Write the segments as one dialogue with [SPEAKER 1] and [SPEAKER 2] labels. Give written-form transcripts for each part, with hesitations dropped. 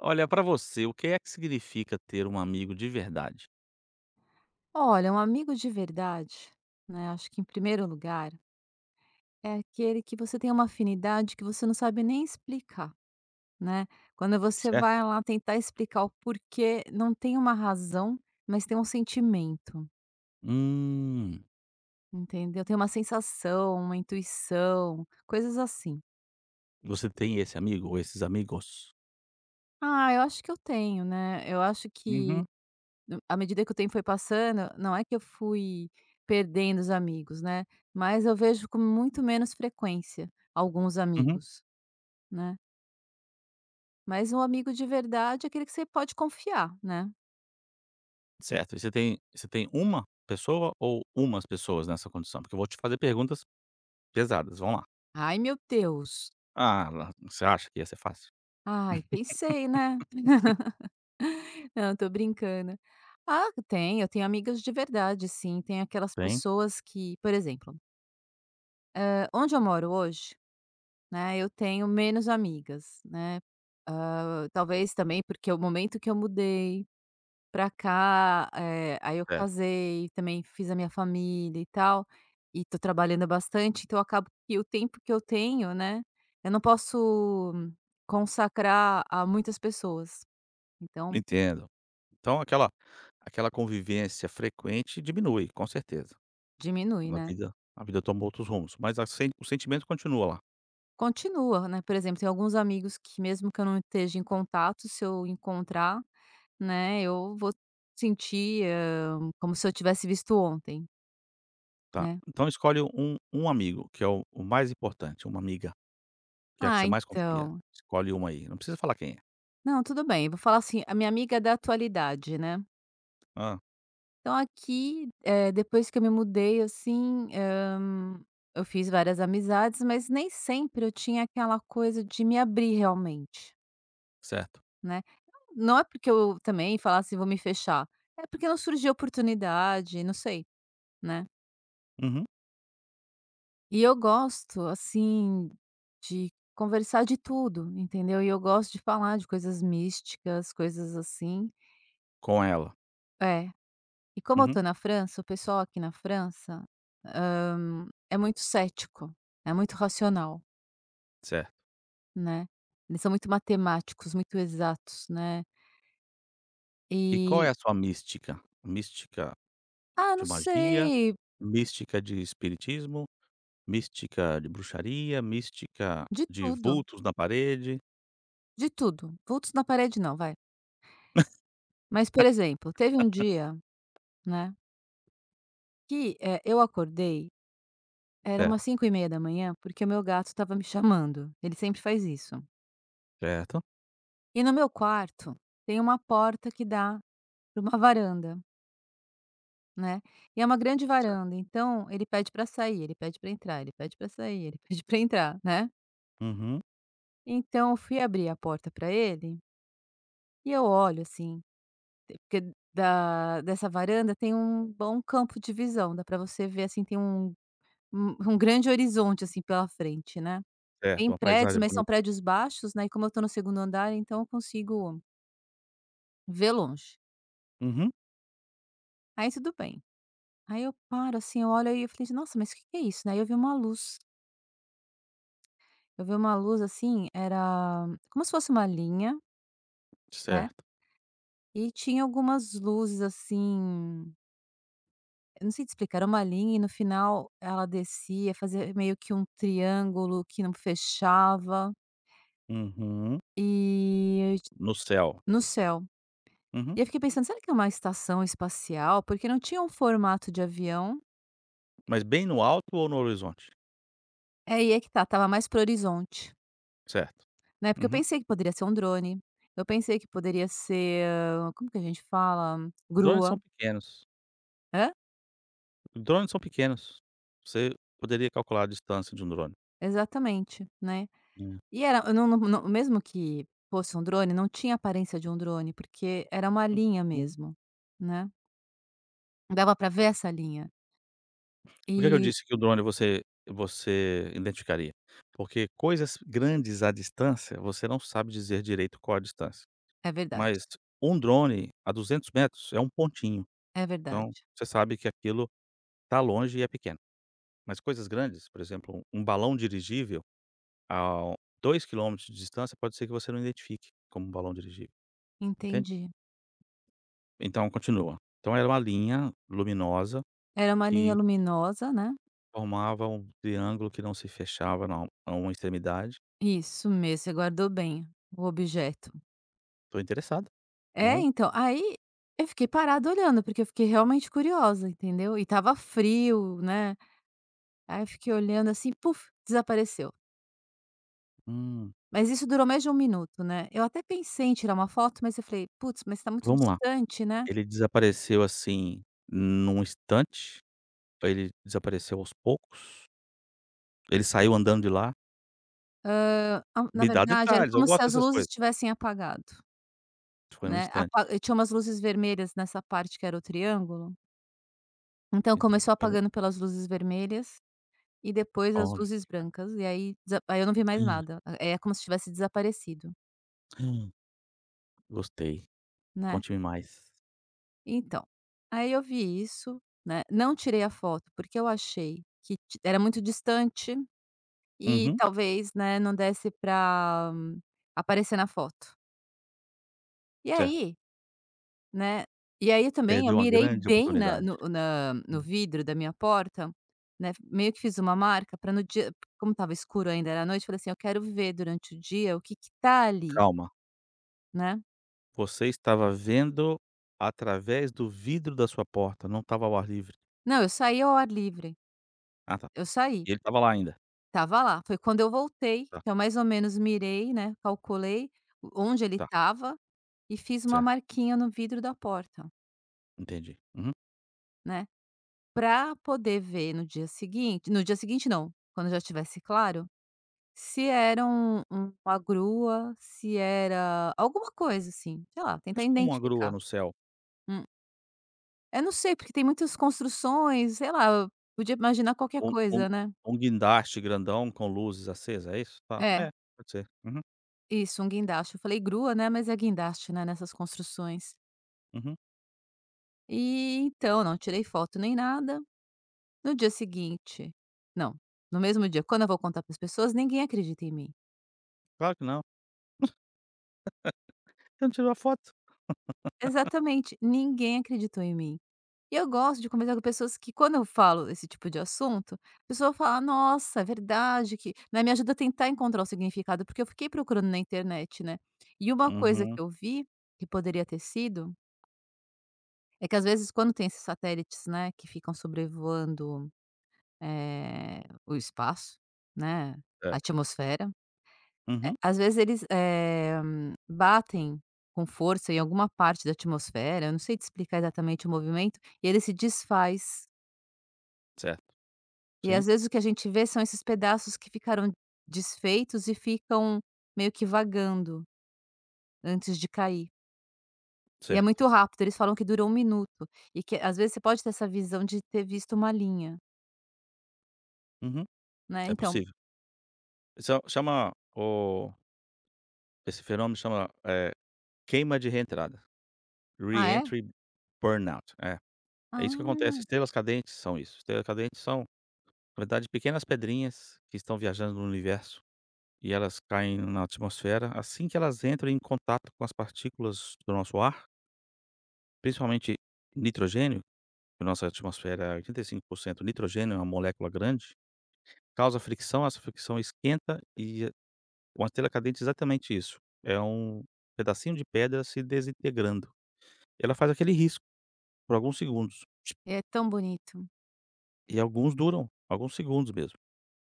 [SPEAKER 1] Olha, pra você, o que é que significa ter um amigo de verdade,
[SPEAKER 2] Olha, um amigo de verdade, né, acho que em primeiro lugar, é aquele que você tem uma afinidade que você não sabe nem explicar, né. Quando você
[SPEAKER 1] certo?
[SPEAKER 2] vai lá tentar explicar o porquê, não tem uma razão, mas tem um sentimento,
[SPEAKER 1] Hum,
[SPEAKER 2] entendeu? Tem uma sensação, uma intuição, coisas assim.
[SPEAKER 1] você tem esse amigo ou esses amigos?
[SPEAKER 2] Ah, eu acho que eu tenho, né, eu acho que
[SPEAKER 1] Uhum,
[SPEAKER 2] à medida que o tempo foi passando, não é que eu fui perdendo os amigos, né, mas eu vejo com muito menos frequência alguns
[SPEAKER 1] uhum.
[SPEAKER 2] amigos. Né. Mas um amigo de verdade é aquele que você pode confiar, né.
[SPEAKER 1] Certo, e você tem uma pessoa ou umas pessoas nessa condição? Porque eu vou te fazer perguntas pesadas, vamos lá.
[SPEAKER 2] "Ai, meu Deus!
[SPEAKER 1] Ah, lá você acha que ia ser fácil?
[SPEAKER 2] Ai, pensei, né". Não, tô brincando. Ah, tem, eu tenho amigas de verdade, sim. Tem aquelas
[SPEAKER 1] Tem?
[SPEAKER 2] pessoas que por exemplo, onde eu moro hoje, né, eu tenho menos amigas, né, talvez também porque é o momento que eu mudei pra cá, aí eu
[SPEAKER 1] Certo,
[SPEAKER 2] casei, também fiz a minha família e tal, e tô trabalhando bastante, então acabo que o tempo que eu tenho, né, eu não posso consacrar a muitas pessoas, então
[SPEAKER 1] entendo. Então aquela convivência frequente diminui, com certeza.
[SPEAKER 2] diminui,
[SPEAKER 1] A
[SPEAKER 2] né.
[SPEAKER 1] vida a vida tomou outros rumos, mas a sen o sentimento continua lá.
[SPEAKER 2] Continua, né, por exemplo, tem alguns amigos que mesmo que eu não esteja em contato, se eu encontrar, né, eu vou sentir, como se eu tivesse visto ontem,
[SPEAKER 1] Tá,
[SPEAKER 2] né.
[SPEAKER 1] então escolhe um amigo, que é o mais importante, uma amiga, que é a que
[SPEAKER 2] "Ah,
[SPEAKER 1] você mais confia.
[SPEAKER 2] então",
[SPEAKER 1] Escolhe uma aí, não precisa falar quem é.
[SPEAKER 2] "Não, tudo bem", vou falar assim: "A minha amiga é da atualidade", né.
[SPEAKER 1] Ah,
[SPEAKER 2] Então aqui, depois que eu me mudei, assim, eu fiz várias amizades, mas nem sempre eu tinha aquela coisa de me abrir realmente,
[SPEAKER 1] certo.
[SPEAKER 2] né. Não é porque eu também falasse: "Vou me fechar", é porque não surgia oportunidade, não sei, né.
[SPEAKER 1] Uhum.
[SPEAKER 2] E eu gosto, assim, de conversar de tudo, entendeu. E eu gosto de falar de coisas místicas, coisas assim.
[SPEAKER 1] Com ela.
[SPEAKER 2] É. E como eu
[SPEAKER 1] Uhum,
[SPEAKER 2] tô na França, o pessoal aqui na França, é muito cético, é muito racional.
[SPEAKER 1] certo.
[SPEAKER 2] Né. Eles são muito matemáticos, muito exatos, né.
[SPEAKER 1] E qual é
[SPEAKER 2] E
[SPEAKER 1] a sua mística? Mística
[SPEAKER 2] ah,
[SPEAKER 1] de
[SPEAKER 2] não
[SPEAKER 1] magia,
[SPEAKER 2] sei,
[SPEAKER 1] mística de espiritismo, mística de bruxaria, mística
[SPEAKER 2] de
[SPEAKER 1] de
[SPEAKER 2] tudo,
[SPEAKER 1] vultos na parede.
[SPEAKER 2] de tudo. Vultos na parede não, vai. Mas, por exemplo, teve um dia, né, que, eu acordei, era
[SPEAKER 1] Certo,
[SPEAKER 2] umas cinco e meia da manhã, porque o meu gato estava me chamando, ele sempre faz isso.
[SPEAKER 1] certo,
[SPEAKER 2] E no meu quarto tem uma porta que dá para uma varanda, né, e é uma grande
[SPEAKER 1] certo.
[SPEAKER 2] varanda, então ele pede para sair, ele pede para entrar, ele pede para sair, ele pede para entrar, né.
[SPEAKER 1] Uhum,
[SPEAKER 2] Então eu fui abrir a porta para ele. E eu olho assim, te porque da dessa varanda tem um bom campo de visão, dá para você ver, assim, tem um um grande horizonte, assim, pela frente, né.
[SPEAKER 1] certo,
[SPEAKER 2] Tem
[SPEAKER 1] uma
[SPEAKER 2] prédios,
[SPEAKER 1] paisagem
[SPEAKER 2] mas são
[SPEAKER 1] bonita.
[SPEAKER 2] prédios baixos, né, e como eu tô no segundo andar, então eu consigo ver longe.
[SPEAKER 1] Uhum,
[SPEAKER 2] Aí tudo bem. Aí eu paro, assim, eu olho aí, eu falei: "Nossa, mas o que que é isso?", né, aí eu vi uma luz. Eu vi uma luz, assim, era como se fosse uma linha, né,
[SPEAKER 1] certo.
[SPEAKER 2] e tinha algumas luzes, assim. Eu não sei te explicar, era uma linha e no final ela descia, fazia meio que um triângulo que não fechava,
[SPEAKER 1] Uhum.
[SPEAKER 2] e
[SPEAKER 1] No céu.
[SPEAKER 2] no céu.
[SPEAKER 1] Uhum.
[SPEAKER 2] E eu fiquei pensando: "Será que é uma estação espacial?", porque não tinha um formato de avião.
[SPEAKER 1] Mas bem no alto ou no horizonte?
[SPEAKER 2] É. Aí é que tá, tava mais pro horizonte,
[SPEAKER 1] Certo.
[SPEAKER 2] né, porque eu
[SPEAKER 1] Uhum.
[SPEAKER 2] pensei que poderia ser um drone, eu pensei que poderia ser, ah, como que a gente fala?
[SPEAKER 1] Drones
[SPEAKER 2] Grua.
[SPEAKER 1] são pequenos,
[SPEAKER 2] Hã?
[SPEAKER 1] drones são pequenos. Você poderia calcular a distância de um drone,
[SPEAKER 2] Exatamente, né.
[SPEAKER 1] né.
[SPEAKER 2] E era não mesmo que fosse um drone, não tinha aparência de um drone, porque era uma linha
[SPEAKER 1] Uhum.
[SPEAKER 2] mesmo, né. Dava pra ver essa linha.
[SPEAKER 1] Por que que eu
[SPEAKER 2] E
[SPEAKER 1] disse que o drone você identificaria? Porque coisas grandes à distância, você não sabe dizer direito qual a distância,
[SPEAKER 2] é verdade,
[SPEAKER 1] mas um drone a 200 metros é um pontinho,
[SPEAKER 2] é
[SPEAKER 1] então
[SPEAKER 2] verdade.
[SPEAKER 1] você sabe que aquilo está longe e é pequeno. Mas coisas grandes, por exemplo, um balão dirigível a 2 quilômetros de distância, pode ser que você não identifique como um balão dirigível, entende?
[SPEAKER 2] Entendi.
[SPEAKER 1] Então continua. Então era uma linha luminosa
[SPEAKER 2] Era uma linha
[SPEAKER 1] que
[SPEAKER 2] luminosa, né.
[SPEAKER 1] formava um triângulo que não se fechava na a uma extremidade.
[SPEAKER 2] Isso mesmo, você guardou bem o objeto.
[SPEAKER 1] Estou interessado.
[SPEAKER 2] É,
[SPEAKER 1] Vamos
[SPEAKER 2] então, aí eu fiquei parada olhando, porque eu fiquei realmente curiosa, entendeu. E tava frio, né, aí eu fiquei olhando assim, puf, desapareceu.
[SPEAKER 1] hum,
[SPEAKER 2] Mas isso durou mais de 1 minuto, né. Eu até pensei em tirar uma foto, mas eu falei: "Putz, mas tá muito
[SPEAKER 1] vamos lá.
[SPEAKER 2] distante, né".
[SPEAKER 1] Ele desapareceu, assim, num instante? Ele desapareceu aos poucos? Ele saiu andando de lá?
[SPEAKER 2] Hã, na
[SPEAKER 1] Me dá
[SPEAKER 2] verdade, era
[SPEAKER 1] detalhes, eu
[SPEAKER 2] como se
[SPEAKER 1] gosto
[SPEAKER 2] as
[SPEAKER 1] dessas
[SPEAKER 2] luzes
[SPEAKER 1] coisas.
[SPEAKER 2] tivessem apagado.
[SPEAKER 1] Foi num
[SPEAKER 2] Né,
[SPEAKER 1] instante,
[SPEAKER 2] apa e tinha umas luzes vermelhas nessa parte que era o triângulo, então
[SPEAKER 1] então
[SPEAKER 2] começou
[SPEAKER 1] foi no
[SPEAKER 2] apagando pelas luzes vermelhas e depois as
[SPEAKER 1] olha,
[SPEAKER 2] luzes brancas e aí desa aí eu não vi mais
[SPEAKER 1] hum,
[SPEAKER 2] nada, é como se tivesse desaparecido,
[SPEAKER 1] hum, gostei,
[SPEAKER 2] né.
[SPEAKER 1] conte-me mais.
[SPEAKER 2] Então, aí eu vi isso, né, não tirei a foto, porque eu achei que ti era muito distante e
[SPEAKER 1] Uhum,
[SPEAKER 2] talvez, né, não desse para aparecer na foto. E
[SPEAKER 1] certo.
[SPEAKER 2] aí. Né. E aí também eu
[SPEAKER 1] Perdeu uma
[SPEAKER 2] mirei
[SPEAKER 1] grande
[SPEAKER 2] bem na
[SPEAKER 1] oportunidade.
[SPEAKER 2] no na no
[SPEAKER 1] Hum,
[SPEAKER 2] vidro da minha porta, né, meio que fiz uma marca para no dia, como estava escuro ainda, era noite, falei assim: "Eu quero ver durante o dia o que que tá ali",
[SPEAKER 1] calma.
[SPEAKER 2] né.
[SPEAKER 1] Você estava vendo através do vidro da sua porta, não estava ao ar livre.
[SPEAKER 2] Não, eu saí ao ar livre,
[SPEAKER 1] Ah, tá,
[SPEAKER 2] eu saí,
[SPEAKER 1] e ele estava lá ainda.
[SPEAKER 2] tava lá. Foi quando eu voltei,
[SPEAKER 1] Tá,
[SPEAKER 2] que eu mais ou menos mirei, né, calculei onde ele
[SPEAKER 1] tá,
[SPEAKER 2] estava e fiz uma
[SPEAKER 1] certo,
[SPEAKER 2] marquinha no vidro da porta,
[SPEAKER 1] entendi. Uhum.
[SPEAKER 2] né, pra poder ver no dia seguinte, no dia seguinte não, quando já estivesse claro. Se era uma grua, se era alguma coisa assim, sei lá, tentar
[SPEAKER 1] Mas como uma grua
[SPEAKER 2] identificar.
[SPEAKER 1] no céu?
[SPEAKER 2] Hum, eu não sei, porque tem muitas construções, sei lá, eu podia imaginar qualquer
[SPEAKER 1] Um um
[SPEAKER 2] coisa, né.
[SPEAKER 1] um guindaste grandão com luzes acesa, é isso? Tá,
[SPEAKER 2] É,
[SPEAKER 1] é, pode ser. Uhum,
[SPEAKER 2] isso, um guindaste. Eu falei grua, né, mas é guindaste, né, nessas construções.
[SPEAKER 1] uhum.
[SPEAKER 2] E então, não tirei foto nem nada. No dia seguinte não, no mesmo dia, quando eu vou contar para as pessoas, ninguém acredita em mim.
[SPEAKER 1] Claro que não. Você não tirou a foto?
[SPEAKER 2] Exatamente, ninguém acreditou em mim. E eu gosto de conversar com pessoas que quando eu falo esse tipo de assunto, a pessoa fala: "Nossa, é verdade que", né, me ajuda a tentar encontrar o significado, porque eu fiquei procurando na internet, né. E uma coisa
[SPEAKER 1] Uhum,
[SPEAKER 2] que eu vi, que poderia ter sido, é que às vezes quando tem esses satélites, né, que ficam sobrevoando, o espaço, né, a
[SPEAKER 1] é.
[SPEAKER 2] atmosfera,
[SPEAKER 1] Uhum,
[SPEAKER 2] às vezes eles, batem com força em alguma parte da atmosfera, eu não sei te explicar exatamente o movimento, e ele se desfaz.
[SPEAKER 1] certo.
[SPEAKER 2] E
[SPEAKER 1] Sim,
[SPEAKER 2] às vezes o que a gente vê são esses pedaços que ficaram desfeitos e ficam meio que vagando antes de cair. E é
[SPEAKER 1] certo.
[SPEAKER 2] muito rápido, eles falam que durou um minuto e que às vezes você pode ter essa visão de ter visto uma linha,
[SPEAKER 1] Uhum,
[SPEAKER 2] né,
[SPEAKER 1] é
[SPEAKER 2] então
[SPEAKER 1] possível. Isso é- chama o esse fenômeno chama, queima de reentrada,
[SPEAKER 2] ah é?
[SPEAKER 1] re-entry burnout. É. É isso que
[SPEAKER 2] Ah,
[SPEAKER 1] acontece, estrelas cadentes são isso, estrelas cadentes são, na verdade, pequenas pedrinhas que estão viajando no universo e elas caem na atmosfera assim que elas entram em contato com as partículas do nosso ar, principalmente nitrogênio, que nossa atmosfera é 85% nitrogênio, é uma molécula grande, causa fricção, essa fricção esquenta e uma estrela cadente é exatamente isso, é um pedacinho de pedra se desintegrando. Ela faz aquele risco por alguns segundos,
[SPEAKER 2] é tão bonito.
[SPEAKER 1] e alguns duram, alguns segundos mesmo.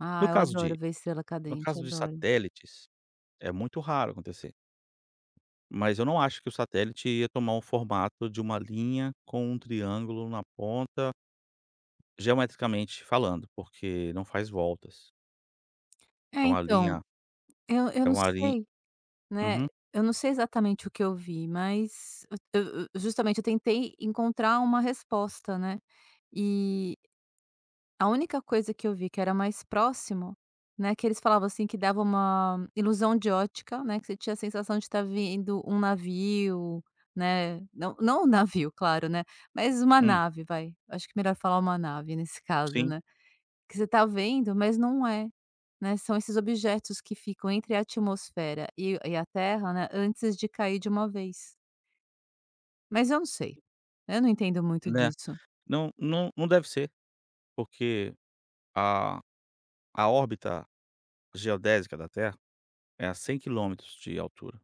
[SPEAKER 2] Ah,
[SPEAKER 1] No
[SPEAKER 2] eu
[SPEAKER 1] caso
[SPEAKER 2] adoro
[SPEAKER 1] de
[SPEAKER 2] ver estrela
[SPEAKER 1] No
[SPEAKER 2] cadente,
[SPEAKER 1] caso de
[SPEAKER 2] adoro.
[SPEAKER 1] satélites, é muito raro acontecer, mas eu não acho que o satélite ia tomar um formato de uma linha com um triângulo na ponta, geometricamente falando, porque não faz voltas.
[SPEAKER 2] É
[SPEAKER 1] É uma
[SPEAKER 2] então,
[SPEAKER 1] linha
[SPEAKER 2] eu
[SPEAKER 1] é
[SPEAKER 2] não
[SPEAKER 1] uma linha
[SPEAKER 2] sei, né,
[SPEAKER 1] uhum,
[SPEAKER 2] eu não sei exatamente o que eu vi, mas justamente eu tentei encontrar uma resposta, né, e a única coisa que eu vi que era mais próximo, né, que eles falavam, assim, que dava uma ilusão de ótica, né, que você tinha a sensação de estar vendo um navio, né, não um navio, claro, né, mas uma
[SPEAKER 1] hum,
[SPEAKER 2] nave, vai, acho que é melhor falar uma nave nesse caso,
[SPEAKER 1] sim,
[SPEAKER 2] né, que você tá vendo, mas não é, né, são esses objetos que ficam entre a atmosfera e a terra, né, antes de cair de uma vez. Mas eu não sei, eu não entendo muito
[SPEAKER 1] né.
[SPEAKER 2] disso.
[SPEAKER 1] Não, não, não deve ser, porque a a órbita geodésica da Terra é a 100 quilômetros de altura.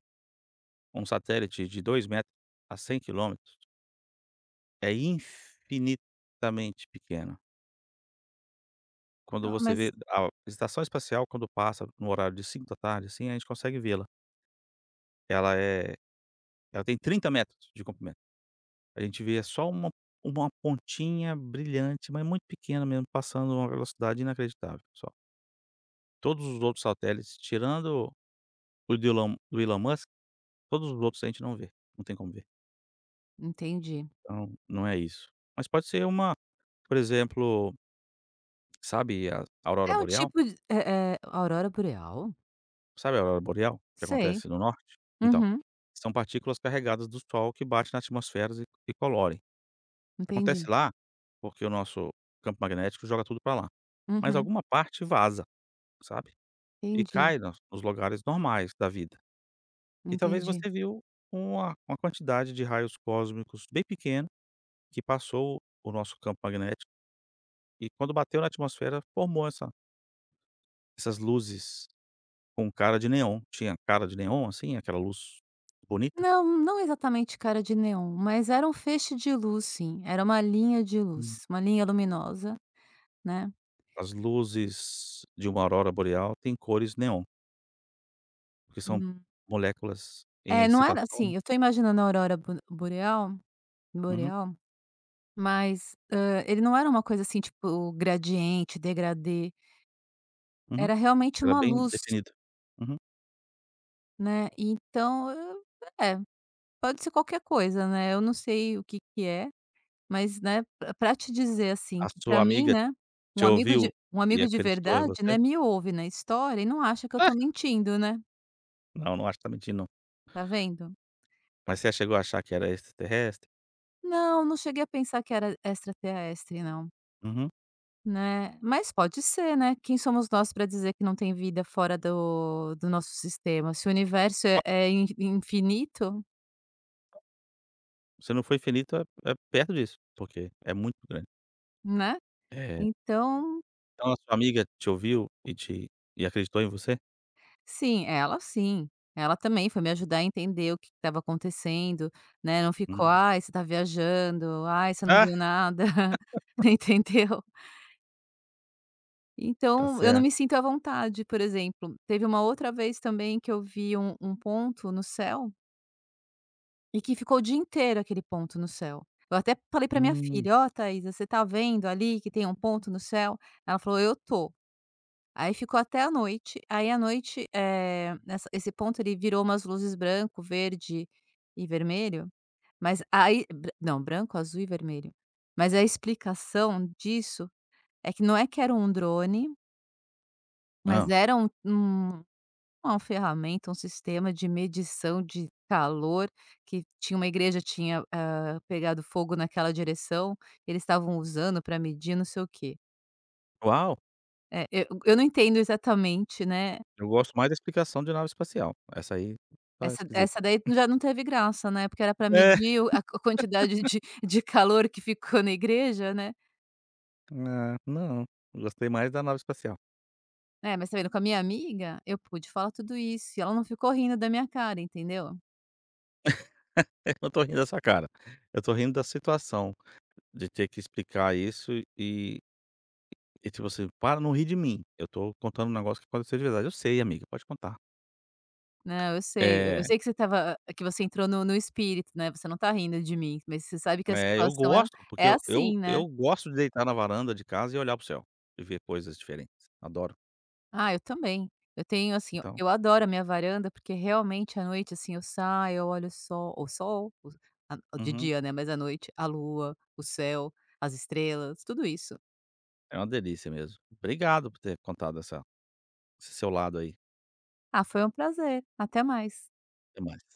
[SPEAKER 1] Um satélite de 2 metros a 100 quilômetros é infinitamente pequeno. Quando
[SPEAKER 2] Não.
[SPEAKER 1] você
[SPEAKER 2] Mas
[SPEAKER 1] vê a estação espacial, quando passa no horário de 17 tarde, assim, a gente consegue vê-la. Ela é ela tem 30 metros de comprimento. A gente vê só uma pontinha brilhante, mas muito pequena mesmo, passando uma velocidade inacreditável, só. Todos os outros satélites, tirando o do Elon Musk, todos os outros a gente não vê, não tem como ver.
[SPEAKER 2] entendi.
[SPEAKER 1] Então, não é isso. Mas pode ser uma por exemplo, sabe a
[SPEAKER 2] É
[SPEAKER 1] aurora
[SPEAKER 2] um
[SPEAKER 1] boreal?
[SPEAKER 2] tipo de é aurora boreal?
[SPEAKER 1] Sabe a aurora boreal que
[SPEAKER 2] Sei.
[SPEAKER 1] acontece no norte? Então
[SPEAKER 2] Uhum.
[SPEAKER 1] são partículas carregadas do Sol que batem na atmosfera e colorem. Acontece
[SPEAKER 2] Entendi.
[SPEAKER 1] lá, porque o nosso campo magnético joga tudo para lá. Mas
[SPEAKER 2] Uhum.
[SPEAKER 1] alguma parte vaza, sabe? E
[SPEAKER 2] Entendi,
[SPEAKER 1] cai nos lugares normais da vida. E talvez
[SPEAKER 2] entendi.
[SPEAKER 1] você viu uma quantidade de raios cósmicos bem pequena que passou o nosso campo magnético e quando bateu na atmosfera formou essas luzes com cara de neon. Tinha cara de neon, assim, aquela luz bonita.
[SPEAKER 2] Não, não exatamente cara de neon, mas era um feixe de luz sim, era uma linha de
[SPEAKER 1] Hum.
[SPEAKER 2] luz, uma linha luminosa, né.
[SPEAKER 1] As luzes de uma aurora boreal têm cores neon. Porque são
[SPEAKER 2] Hum.
[SPEAKER 1] moléculas em
[SPEAKER 2] É, não era
[SPEAKER 1] excitação, né.
[SPEAKER 2] assim, eu tô imaginando a aurora bo boreal
[SPEAKER 1] Uhum,
[SPEAKER 2] boreal, mas, ele não era uma coisa assim, tipo, gradiente, degradê,
[SPEAKER 1] uhum.
[SPEAKER 2] era realmente
[SPEAKER 1] Era
[SPEAKER 2] uma
[SPEAKER 1] bem
[SPEAKER 2] luz,
[SPEAKER 1] definido. Uhum.
[SPEAKER 2] né, então, é, pode ser qualquer coisa, né, eu não sei o que que é. Mas, né, pra te dizer, assim,
[SPEAKER 1] A
[SPEAKER 2] que pra
[SPEAKER 1] sua
[SPEAKER 2] mim,
[SPEAKER 1] amiga
[SPEAKER 2] né,
[SPEAKER 1] te ouviu
[SPEAKER 2] um
[SPEAKER 1] e
[SPEAKER 2] amigo de
[SPEAKER 1] acreditou em
[SPEAKER 2] verdade,
[SPEAKER 1] você?
[SPEAKER 2] né, me ouve na história e não acha que eu
[SPEAKER 1] Ah,
[SPEAKER 2] tô mentindo, né,
[SPEAKER 1] não, não acho que tá mentindo não.
[SPEAKER 2] tá vendo?
[SPEAKER 1] Mas você chegou a achar que era extraterrestre?
[SPEAKER 2] "Não, não cheguei a pensar que era extraterrestre não",
[SPEAKER 1] Uhum.
[SPEAKER 2] né. Mas pode ser, né, quem somos nós pra dizer que não tem vida fora do nosso sistema? Se o universo é
[SPEAKER 1] Ó,
[SPEAKER 2] é in infinito,
[SPEAKER 1] se não foi finito é perto disso, porque é muito grande.
[SPEAKER 2] né,
[SPEAKER 1] Eh,
[SPEAKER 2] então
[SPEAKER 1] então a sua amiga te ouviu e acreditou em você?
[SPEAKER 2] sim, ela sim. Ela também foi me ajudar a entender o que estava acontecendo, né, não ficou:
[SPEAKER 1] Hum.
[SPEAKER 2] "Ai, você tá viajando. Ai, você não
[SPEAKER 1] Ah,
[SPEAKER 2] viu nada". Entendeu?
[SPEAKER 1] tá
[SPEAKER 2] Então, eu não
[SPEAKER 1] certo.
[SPEAKER 2] me sinto à vontade, por exemplo, teve uma outra vez também que eu vi um ponto no céu, e que ficou o dia inteiro aquele ponto no céu. Eu até falei pra minha
[SPEAKER 1] Hum.
[SPEAKER 2] filha: "Ó, Thaisa, você tá vendo ali que tem um ponto no céu?" Ela falou: "Eu tô". Aí ficou até a noite, aí à noite, nessa esse ponto ele virou umas luzes branco, verde e vermelho, mas aí bra não, branco, azul e vermelho. Mas a explicação disso é que não é que era um drone, mas
[SPEAKER 1] Hã.
[SPEAKER 2] era uma ferramenta, um sistema de medição de calor, que tinha uma igreja tinha, pegado fogo naquela direção, eles estavam usando para medir não sei o quê.
[SPEAKER 1] Uau,
[SPEAKER 2] É, eu não entendo exatamente, né.
[SPEAKER 1] eu gosto mais da explicação de nave espacial, essa aí tá esquisita.
[SPEAKER 2] Essa daí já não teve graça, né, porque era pra
[SPEAKER 1] É.
[SPEAKER 2] medir o a quantidade de calor que ficou na igreja, né.
[SPEAKER 1] Ah, não, gostei mais da nave espacial.
[SPEAKER 2] É, mas tá vendo, com a minha amiga, eu pude falar tudo isso, e ela não ficou rindo da minha cara, entendeu.
[SPEAKER 1] Eu não tô rindo da sua cara, eu tô rindo da situação de ter que explicar isso e e tipo assim: "Para, não ri de mim, eu tô contando um negócio que aconteceu de verdade". "Eu sei amiga, pode contar".
[SPEAKER 2] "Não, eu sei, eu
[SPEAKER 1] É,
[SPEAKER 2] sei que você estava que você entrou no espírito, né, você não tá rindo de mim, mas você sabe que a
[SPEAKER 1] é, eu
[SPEAKER 2] situação
[SPEAKER 1] gosto, porque
[SPEAKER 2] é
[SPEAKER 1] eu eu
[SPEAKER 2] assim, né".
[SPEAKER 1] eu gosto de deitar na varanda de casa e olhar para o céu e ver coisas diferentes, adoro.
[SPEAKER 2] Ah, eu também. Eu tenho assim,
[SPEAKER 1] Então.
[SPEAKER 2] eu adoro a minha varanda, porque realmente à noite, assim, eu saio, eu olho o sol, o a de
[SPEAKER 1] Uhum,
[SPEAKER 2] dia, né, mas à noite, a lua, o céu, as estrelas, tudo isso.
[SPEAKER 1] é uma delícia mesmo. Obrigado por ter contado essa esse seu lado aí,
[SPEAKER 2] Ah, foi um prazer. Até mais.
[SPEAKER 1] até mais.